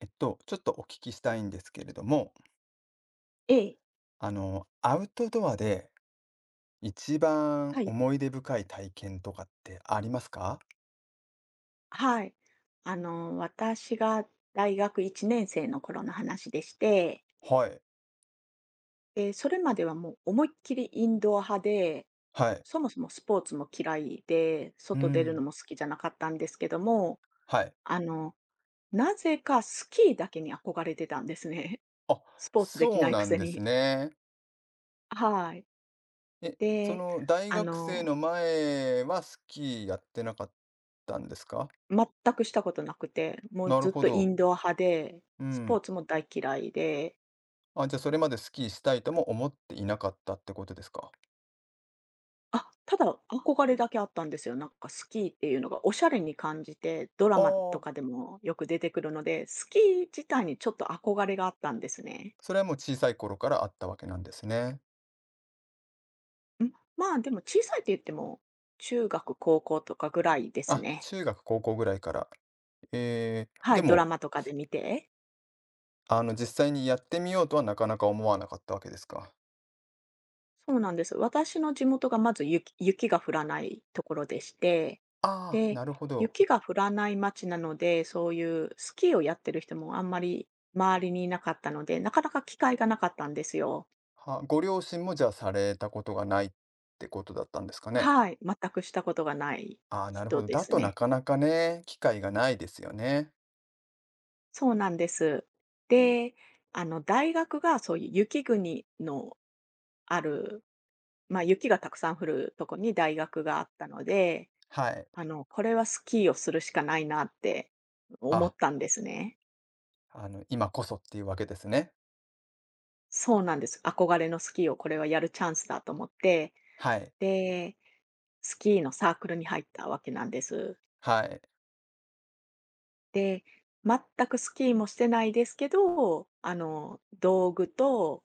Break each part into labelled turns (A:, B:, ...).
A: ちょっとお聞きしたいんですけれども、
B: ええ、
A: アウトドアで一番
B: はい、
A: 思い出深い体験とかってありますか？
B: はい。私が大学1年生の頃の話でして、
A: はい、
B: で、それまではもう思いっきりインドア派で、
A: はい、
B: そもそもスポーツも嫌いで、
A: う
B: 外出るの
A: ん、
B: も好きじゃなかったんですけども、
A: はい。
B: あの、なぜかスキーだけに憧れてたんですね。
A: あ、
B: スポーツでき
A: そう
B: ないく
A: なん
B: せ
A: です
B: に。
A: ね。
B: はい。
A: え、そ
B: で、
A: の大
B: あ
A: 学生
B: の、
A: の前はスキーやってなかったんですか？
B: 全くしたことなくて、もう
A: なる
B: ずっ
A: ほ
B: とイ
A: ど。
B: ンドア派で、
A: う
B: スポ
A: ん。
B: ーツも大嫌いで、
A: あ、じゃあそれまでスキーしたいとも思っていなかったってことですか？
B: あ、ただ、憧れだけあったんですよ。なんかスキーっていうのがおしゃれに感じて、ドラ
A: あ
B: マ
A: あ
B: と
A: ー、
B: かでもよく出てくるので、スキー自体にちょっと憧れがあったんですね。
A: それはもう小さい頃からあったわけなんですね。
B: うん、まあ、でも小さいって言っても、中学、高校とかぐらいです
A: あ、
B: ね。
A: 中学、高校ぐらいから。ええ、
B: は
A: で
B: い、ドラ
A: も、
B: マとかで見て。
A: 実際にやってみようとはなかなか思わなかったわけですか？
B: そうなんです。私の地元がまず雪が降らないところでして、
A: ああ、
B: で、
A: なるほど。
B: 雪が降らない街なので、そういうスキーをやってる人もあんまり周りにいなかったので、なかなか機会がなかったんですよ。
A: は、ご両親もじゃあされたことがないってことだったんですかね？
B: はい、全くしたことがない
A: ああ、なるほ
B: 人
A: ど。
B: で
A: だ
B: す
A: とな
B: ね。
A: かなかね、機会がないですよね。
B: そうなんです。で、大学がそういう雪国のある、ま、雪がたくさん降るとこに大学があったので、
A: はい。
B: これはスキーをするしかないなって思
A: あ、
B: ったんですね。
A: 今こそっていうわけですね。
B: そうなんです。憧れのスキーをこれはやるチャンスだと思って、
A: はい、
B: で、スキーのサークルに入ったわけなんです。
A: はい。
B: で、全くスキーもしてないですけど、道具と、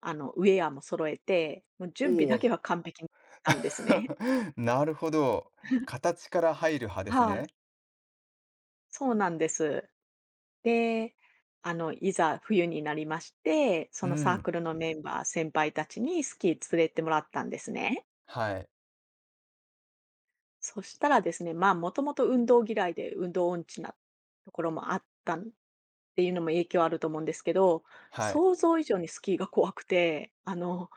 B: ウェアも揃えて、もう準備
A: お
B: だけ
A: お。
B: は完璧なんですね。
A: なるほど。形から入る派です
B: はい、
A: ね。
B: そうなんです。で、いざ冬になりまして、
A: う
B: そのサー
A: ん。
B: クルのメンバー、先輩たちにスキー連れてもらったんですね。
A: はい、
B: そしたらですね、まあ、もともと運動嫌いで運動音痴なところもあったんっていうのも影響あると思うんですけど、
A: はい、
B: 想像以上にスキーが怖くて、あの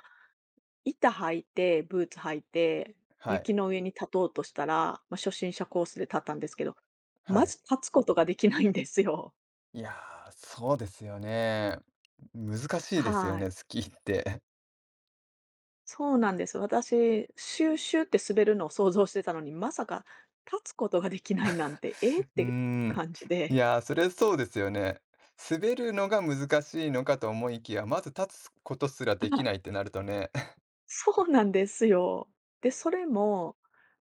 B: 板履いて、ブーツ履いて、
A: は
B: 雪
A: い、
B: の上に立とうとしたら、ま、初心者コースで立ったんですけど、
A: は
B: ま
A: い。
B: ず立つことができないんですよ。
A: いやー、そうですよね。難しいですよ
B: はい。
A: ね、スキーって。
B: そうなんです。私、シューシューって滑るのを想像してたのに、まさか立つことができないなんて、ええっ
A: うー
B: て
A: ん。
B: 感じ
A: い
B: で。
A: やー、それそうですよね。滑るのが難しいのかと思いきや、まず立つことすらでき
B: あ、
A: ないってなるとね。
B: そうなんですよ。で、それも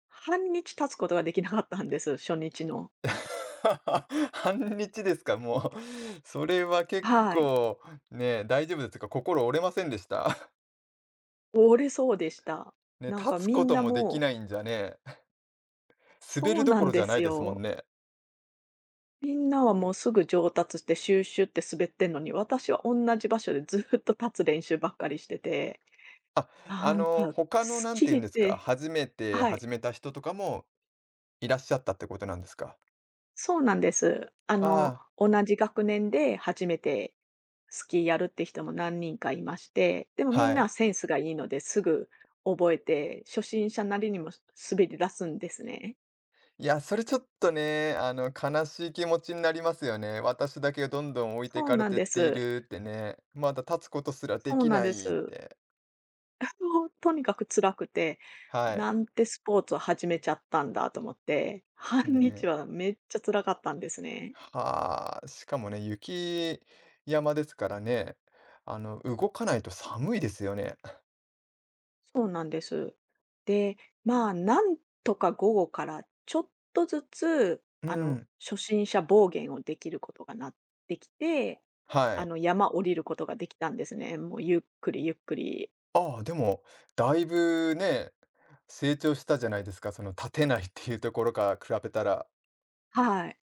B: 半日立つことができなかったんです、初日の。
A: 半日ですか、もう。それは結
B: はい。
A: 構ね、大丈夫ですか？心折れませんでした？
B: 折れそうでした。
A: ね、
B: なんか
A: 立つ
B: み
A: こ
B: ん
A: と
B: な
A: もでき
B: もう
A: ないんじゃね、滑
B: そ
A: る
B: う
A: ど
B: な
A: ころ
B: ん
A: じ
B: で
A: ゃな
B: す
A: いですもん
B: よ。
A: ね。
B: みんなはもうすぐ上達してシューシューって滑ってんのに、私は同じ場所でずっと立つ練習ばっかりしてて、
A: あ、
B: なんか
A: 他の
B: ス
A: 何
B: キ
A: て言うん
B: ー
A: で
B: っ
A: すか、
B: て
A: 初めて
B: はい、
A: 始めた人とかもいらっしゃったってことなんですか。
B: そうなんです。
A: ああ、
B: 同じ学年で初めてスキーやるって人も何人かいまして、でもみん
A: は
B: な
A: い。
B: センスがいいのですぐ覚えて、初心者なりにも滑り出すんですね。
A: いや、それちょっとね、悲しい気持ちになりますよね。私だけどんどん置いてい
B: そう
A: かれ
B: なん
A: てっ
B: で
A: てい
B: す。
A: るってね。まだ立つことすらで
B: そう
A: き
B: なん
A: な
B: で
A: いっ
B: す。
A: て。
B: もうとにかく辛くて、
A: はい。
B: なんてスポーツを始めちゃったんだと思って、半日
A: ね。
B: はめっちゃ辛かったんですね。
A: はあ、しかもね、雪山ですからね。動かないと寒いですよね。
B: そうなんです。で、まあ、なんとか午後からちょっとずつ、
A: うん。
B: 初心者暴言をできることがなってきて、
A: はい。
B: 山降りることができたんですね。もうゆっくりゆっくり。
A: ああ、でも、だいぶね、成長したじゃないですか。その立てないっていうところから比べたら。
B: はい。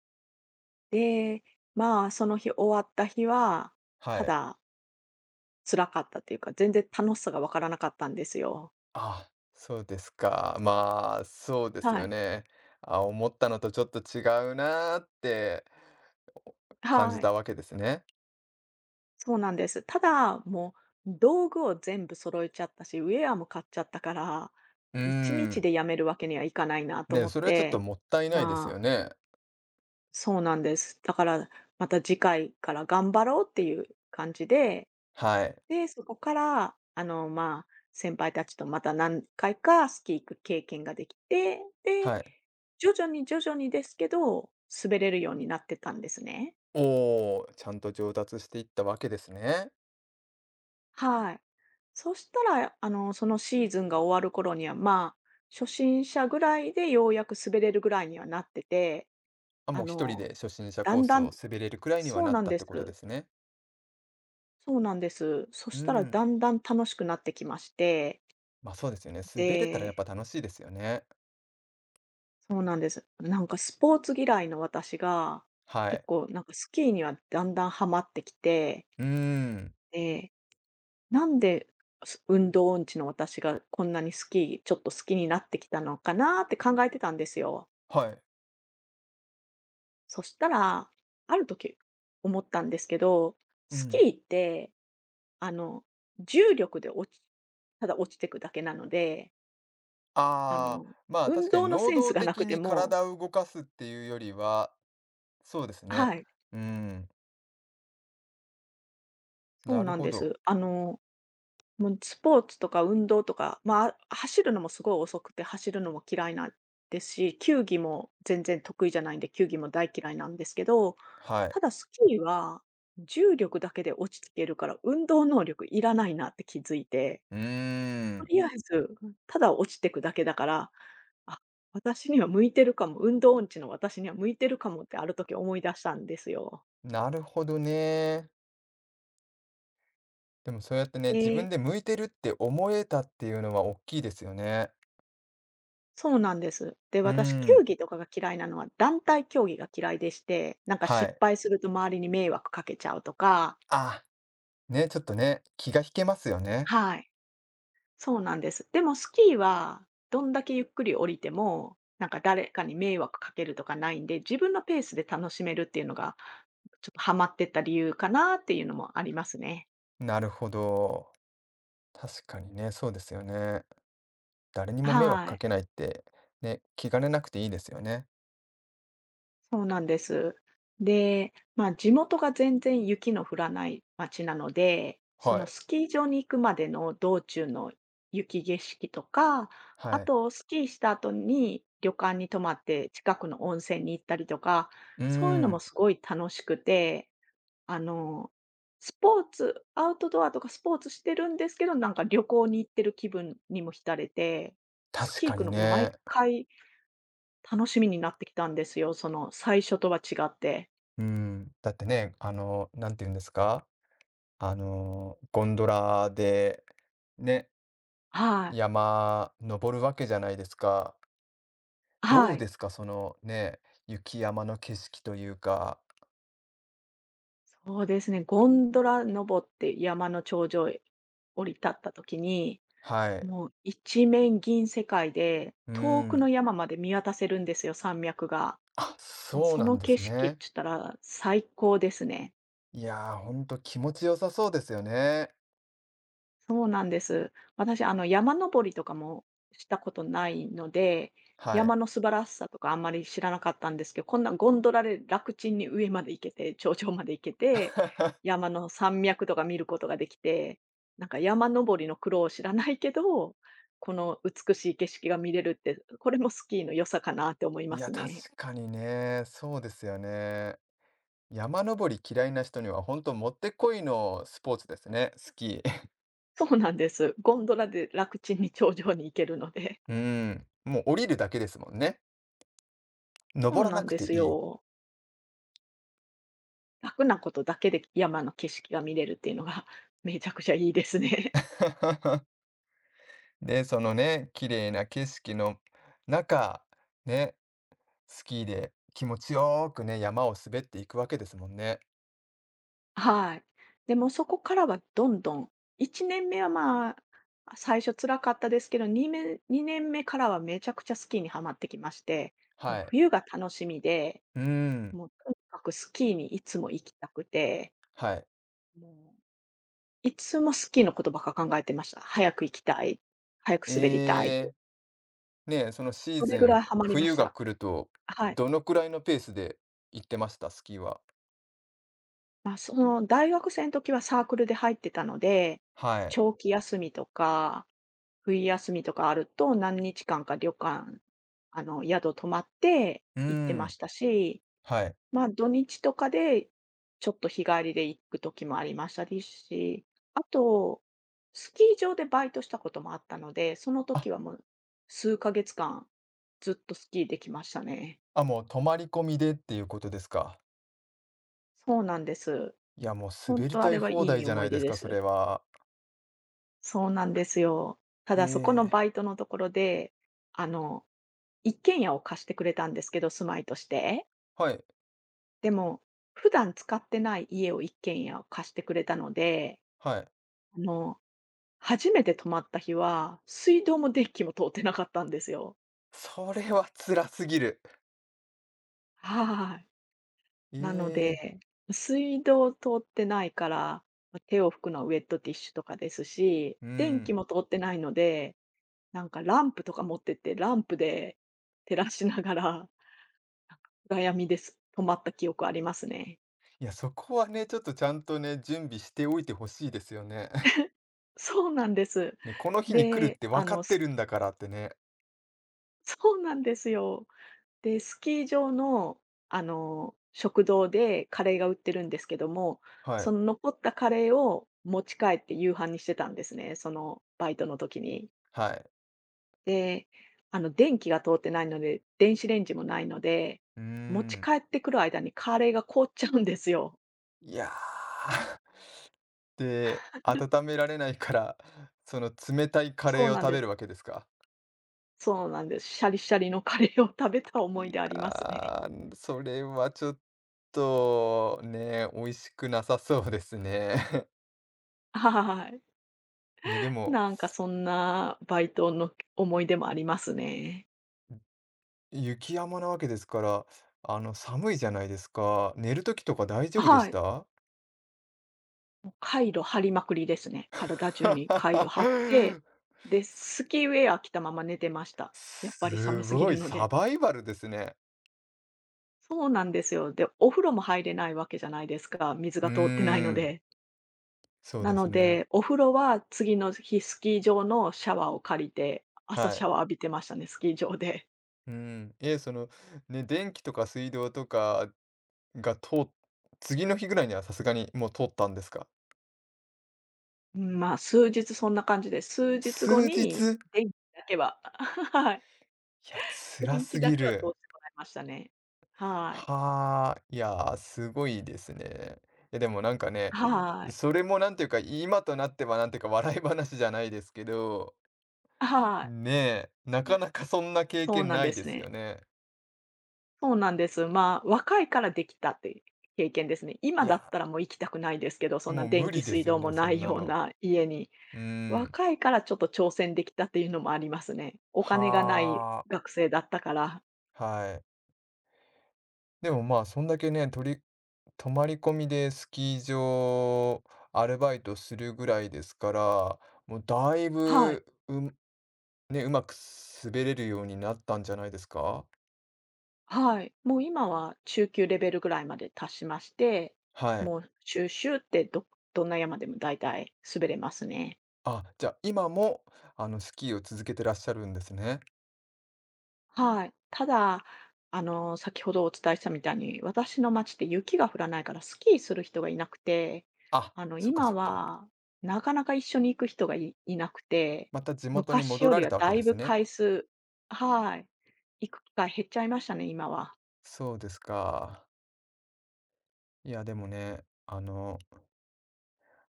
B: で、まあ、その日終わった日は、
A: は
B: た
A: い。
B: だ辛かったっていうか、全然楽しさがわからなかったんですよ。
A: あ、そうですか。まあ、そうです
B: は
A: よ
B: い。
A: ね。あ、思ったのとちょっと違うなーって感じ
B: はい。
A: たわけですね。
B: そうなんです。ただ、もう道具を全部揃えちゃったし、ウェアも買っちゃったから、
A: う
B: 1
A: ー
B: 日
A: ん。
B: でやめるわけにはいかないなと
A: ね、
B: 思っ
A: それはちょっと
B: て、
A: もったいないです
B: ま
A: よ
B: あ、
A: ね。
B: そうなんです。だから、また次回から頑張ろうっていう感じで、
A: はい。
B: で、そこから、まあ、先輩たちとまた何回かスキー行く経験ができて、で、
A: はい。
B: 徐々に徐々にですけど、滑れるようになってたんですね。
A: おーちゃんと上達していったわけですね。
B: はい。そしたら、そのシーズンが終わる頃には、まあ、初心者ぐらいでようやく滑れるぐらいにはなってて、
A: あ、
B: あ
A: もう一人で
B: の、
A: 初心者
B: だ
A: コー
B: ん
A: ス
B: だ
A: を
B: ん
A: 滑れるくらいには
B: そう
A: な
B: な
A: っ
B: ん
A: たっ
B: で
A: てことで
B: す。
A: すね。
B: そうなんです。そ
A: うー
B: したら
A: ん。
B: だんだん楽しくなってきまして、
A: ま、あそうですよね。滑れたらや
B: で、
A: っぱ楽しいですよね。
B: そうなんです。なんかスポーツ嫌いの私が、
A: は
B: 結
A: い。
B: 構なんかスキーにはだんだんハマってきて、
A: うーん。
B: なんで、運動音痴の私がこんなにスキー、ちょっと好きになってきたのかなって考えてたんですよ。
A: はい。
B: そしたら、ある時思ったんですけど、
A: う
B: スキ
A: ん。
B: ーって、あの、重力で落ちただ落ちてくだけなので、あ
A: あ
B: の、
A: あ、まあ、
B: 運
A: 確かに
B: 動の
A: 能
B: センス
A: 動
B: がなく
A: 的
B: て
A: に
B: も
A: 体を動かすっていうよりは、そうです
B: は
A: ね。
B: い、
A: うーん、
B: そ
A: な
B: う
A: る
B: なん
A: ほ
B: で
A: ど。
B: す。もうスポーツとか運動とか、まあ、走るのもすごい遅くて、走るのも嫌いなんですし、球技も全然得意じゃないんで、球技も大嫌いなんですけど、
A: はい。
B: ただスキーは重力だけで落ちていけるから、運動能力いらないなって気づいて、
A: うー
B: と
A: ん、
B: りあえず、ただ落ちていくだけだから、あ、私には向いてるかも、運動音痴の私には向いてるかもってある時思い出したんですよ。
A: なるほどね。でもそうやってね、自分
B: で
A: で向いてるって思えたっていうのは大きいですよね。
B: そうなんです。で、
A: うー
B: 私、球
A: ん、
B: 技とかが嫌いなのは、団体競技が嫌いでして、なんか
A: は
B: 失
A: い。
B: 敗すると周りに迷惑かけちゃうとか
A: あ、ね、ちょっとね、気が引けますよね。
B: はい、そうなんです。でもスキーは、どんだけゆっくり降りても、なんか誰かに迷惑かけるとかないんで、自分のペースで楽しめるっていうのが、ちょっとハマってった理由かなっていうのもありますね。
A: なるほど。確かにね、そうですよね。誰にも迷惑
B: は
A: か
B: い。
A: けないって、ね、気兼ねなくていいですよね。
B: そうなんです。で、まあ、地元が全然雪の降らない町なので、そ
A: は
B: の
A: い、
B: スキー場に行くまでの道中の雪景色とか、あ
A: はい。
B: とスキーした後に旅館に泊まって近くの温泉に行ったりとか、
A: うー
B: そういうのも
A: ん。
B: すごい楽しくて、あの、スポーツ、アウトドアとかスポーツしてるんですけど、なんか旅行に行ってる気分にも浸れて、ス
A: 確
B: キー
A: か
B: 行く
A: に
B: のが毎
A: ね。
B: 回楽しみになってきたんですよ、その最初とは違って。
A: うん。だってね、なんて言うんですか、ゴンドラで、ね、
B: はい。
A: 山登るわけじゃないですか。ど
B: は
A: う
B: い。
A: ですか、そのね、雪山の景色というか、
B: そうですね、ゴンドラ登って山の頂上へ降り立った時に、
A: はい。
B: もう一面銀世界で、
A: う
B: 遠くの
A: ん。
B: 山まで見渡せるんですよ、山脈が。
A: あ、
B: もう
A: そう
B: そ
A: なん
B: の
A: で
B: 景
A: す
B: 色って
A: ね。
B: 言ったら最高ですね。
A: いやー、ほんと気持ちよさそうですよね。
B: そうなんです。私、山登りとかもしたことないので、
A: は
B: 山
A: い。
B: の素晴らしさとかあんまり知らなかったんですけど、こんなゴンドラで楽ちんに上まで行けて、頂上まで行けて、山の山脈とか見ることができて、なんか山登りの苦労を知らないけど、この美しい景色が見れるって、これもスキーの良さかなって思い
A: い
B: ま
A: や、
B: すね。
A: 確かにね、そうですよね。山登り嫌いな人にはほんともってこいのスポーツですね、スキー。
B: そうなんです。ゴンドラで楽ちんに頂上に行けるので。
A: うん、もう降りるだけですもんね。
B: そ
A: 登
B: う
A: ら
B: な
A: な
B: ん
A: く
B: で
A: て
B: す
A: いい。
B: よ。楽なことだけで山の景色が見れるっていうのが めちゃくちゃいいですね。
A: で、そのね、綺麗な景色の中、ね、スキーで気持ちよーくね、山を滑っていくわけですもんね。
B: はい。でもそこからはどんどん、1年目はまあ、最初辛かったですけど、2年目からはめちゃくちゃスキーにはまってきまして、もう
A: はい。
B: 冬が楽しみで、
A: うーん、
B: もうとにかくスキーにいつも行きたくて、
A: はい。
B: もういつもスキーのことばっか考えてました。早く行きたい、早く
A: え
B: 滑りたい。
A: え、ねえ、そのシー
B: そ
A: ズ
B: れぐら
A: ン、
B: いハマりま
A: 冬
B: し
A: が
B: た。
A: 来ると、
B: はい。
A: どのくらいのペースで行ってました？スキーは。
B: まあ、その大学生の時はサークルで入ってたので、
A: はい。
B: 長期休みとか、冬休みとかあると、何日間か旅館、宿泊まって
A: うー
B: 行ってま
A: ん、
B: したし、
A: はい。あ
B: ま、土日とかでちょっと日帰りで行く時もありましたですし、あと、スキー場でバイトしたこともあったので、その時はもう数ヶ月間ずっとスキーできましたね。
A: あ、もう泊まり込みでっていうことですか。
B: そうなんです。
A: いや、もう
B: 本
A: 滑り
B: 当あ
A: たい
B: れはい
A: 放題
B: い
A: じゃな
B: 思い
A: いで
B: 出
A: す
B: で
A: か、そ
B: す。
A: れは。
B: そうなんですよ。た
A: え
B: だそこの
A: え、
B: バイトのところで、あの、一軒家を貸してくれたんですけど、住まいとして。
A: はい、
B: でも、普段使ってない家を一軒家を貸してくれたので、
A: はい。
B: あの、初めて泊まった日は、水道も電気も通ってなかったんですよ。
A: それは辛すぎる。
B: はい。
A: え
B: なの
A: え、
B: で、水道通ってないから、ま手を拭くのはウェットティッシュとかですし、
A: う
B: 電気
A: ん。
B: も通ってないので、なんかランプとか持ってって、ランプで照らしながら暗闇です。泊まった記憶ありますね。
A: いや、そこはね、ちょっとちゃんとね、準備しておいてほしいですよね。
B: そうなんです。
A: ね、この日に来るっ
B: で、
A: て分かってるんだからってね。
B: そうなんですよ。で、スキー場の、食堂でカレーが売ってるんですけども、
A: はい、
B: その残ったカレーを持ち帰って夕飯にしてたんですね、そのバイトの時に。
A: はい。
B: で、電気が通ってないので、電子レンジもないので、
A: うー
B: 持ち
A: ん。
B: 帰ってくる間にカレーが凍っちゃうんですよ。
A: いやー。で、温められないから、その冷たいカ
B: そ
A: レ
B: う
A: ーを
B: なん
A: 食
B: で
A: べ
B: す。
A: るわけですか？
B: そうなんです。シャリシャリのカレーを食べた思い
A: い
B: 出
A: や
B: ありますね。
A: ー、それはちょっとね、美味しくなさそうですね。
B: はい。
A: え、でも、
B: なんかそんなバイトの思い出もありますね。
A: 雪山なわけですから、寒いじゃないですか。寝る時とか大丈夫で
B: は
A: し
B: い。
A: た？
B: もうカイロ貼りまくりですね。体中にカイロ貼って、で、スキーウェア着たまま寝てました。やっぱり
A: す
B: 寒すぎ
A: ごい
B: るの
A: サ
B: で。
A: バイバルですね。
B: そうなんですよ。で、お風呂も入れないわけじゃないですか、水
A: うー
B: が通ってないの
A: ん、
B: で。
A: そう
B: な
A: です
B: の
A: ね。
B: で、お風呂は次の日、スキー場のシャワーを借りて、朝
A: は
B: シャ
A: い。
B: ワー浴びてましたね、スキー場で。
A: うん。え、その、ね、電気とか水道とかが、通う次の日ぐらいにはさすがにもう通ったんですか？
B: うん、まあ、数日そんな感じで、数日
A: 数
B: 後に
A: 日？
B: 電気だけは はい、
A: いや、辛
B: 電
A: す
B: 気だ
A: ぎ
B: けは通しても
A: る。
B: らいましたね。はい。
A: はあ、いやー、すごいですね。いやでもなんかね、
B: は
A: うん
B: い。
A: それもなんていうか、今となってはなんていうか笑い話じゃないですけど、
B: はい。
A: ねえ、なかなかそんな経
B: そう
A: 験
B: なん
A: な
B: で
A: いで
B: す
A: すよ
B: ね。
A: ね。
B: そうなんです。まあ、若いからできたっていう経験ですね。
A: い
B: 今だった
A: や、
B: らもう行きたくないですけど、そんな
A: もう無
B: 電気
A: 理で
B: 水
A: すよ
B: 道も
A: ね、そ
B: な
A: ん
B: い
A: な
B: よう
A: の。
B: な家に、
A: うーん。
B: 若いからちょっと挑戦できたっていうのもありますね。お金がない
A: は
B: 学生だったから。
A: あ、はい。でもまあ、そんだけね、とり、泊まり込みでスキー場アルバイトするぐらいですから、もうだい
B: はい。
A: ぶうね、うまく滑れるようになったんじゃないですか？
B: はい。もう今は中級レベルぐらいまで達しまして、
A: はい。
B: もうシューシューってどんな山でも大体滑れますね。
A: あ、じゃあ、今も、スキーを続けてらっしゃるんですね。
B: はい。ただ、先ほどお伝えしたみたいに、私の町って雪が降らないからスキーする人がいなくて、
A: あ、そっか
B: 今
A: そっか。
B: はなかなか一緒に行く人がいいなくて、
A: また地元に
B: 昔
A: 戻
B: よ
A: ら
B: り
A: れ
B: は
A: たわけ
B: だ
A: で
B: い
A: す
B: ぶ
A: ね。
B: 回数。はい。行く機会減っちゃいましたね、今は。
A: そうですか。いや、でもね、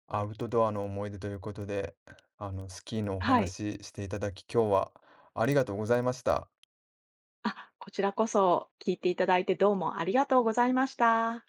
A: アウトドアの思い出ということで、スキーのお
B: はい。
A: 話ししていただき、今日はありがとうございました。
B: あ、こちらこそ聞いていただいてどうもありがとうございました。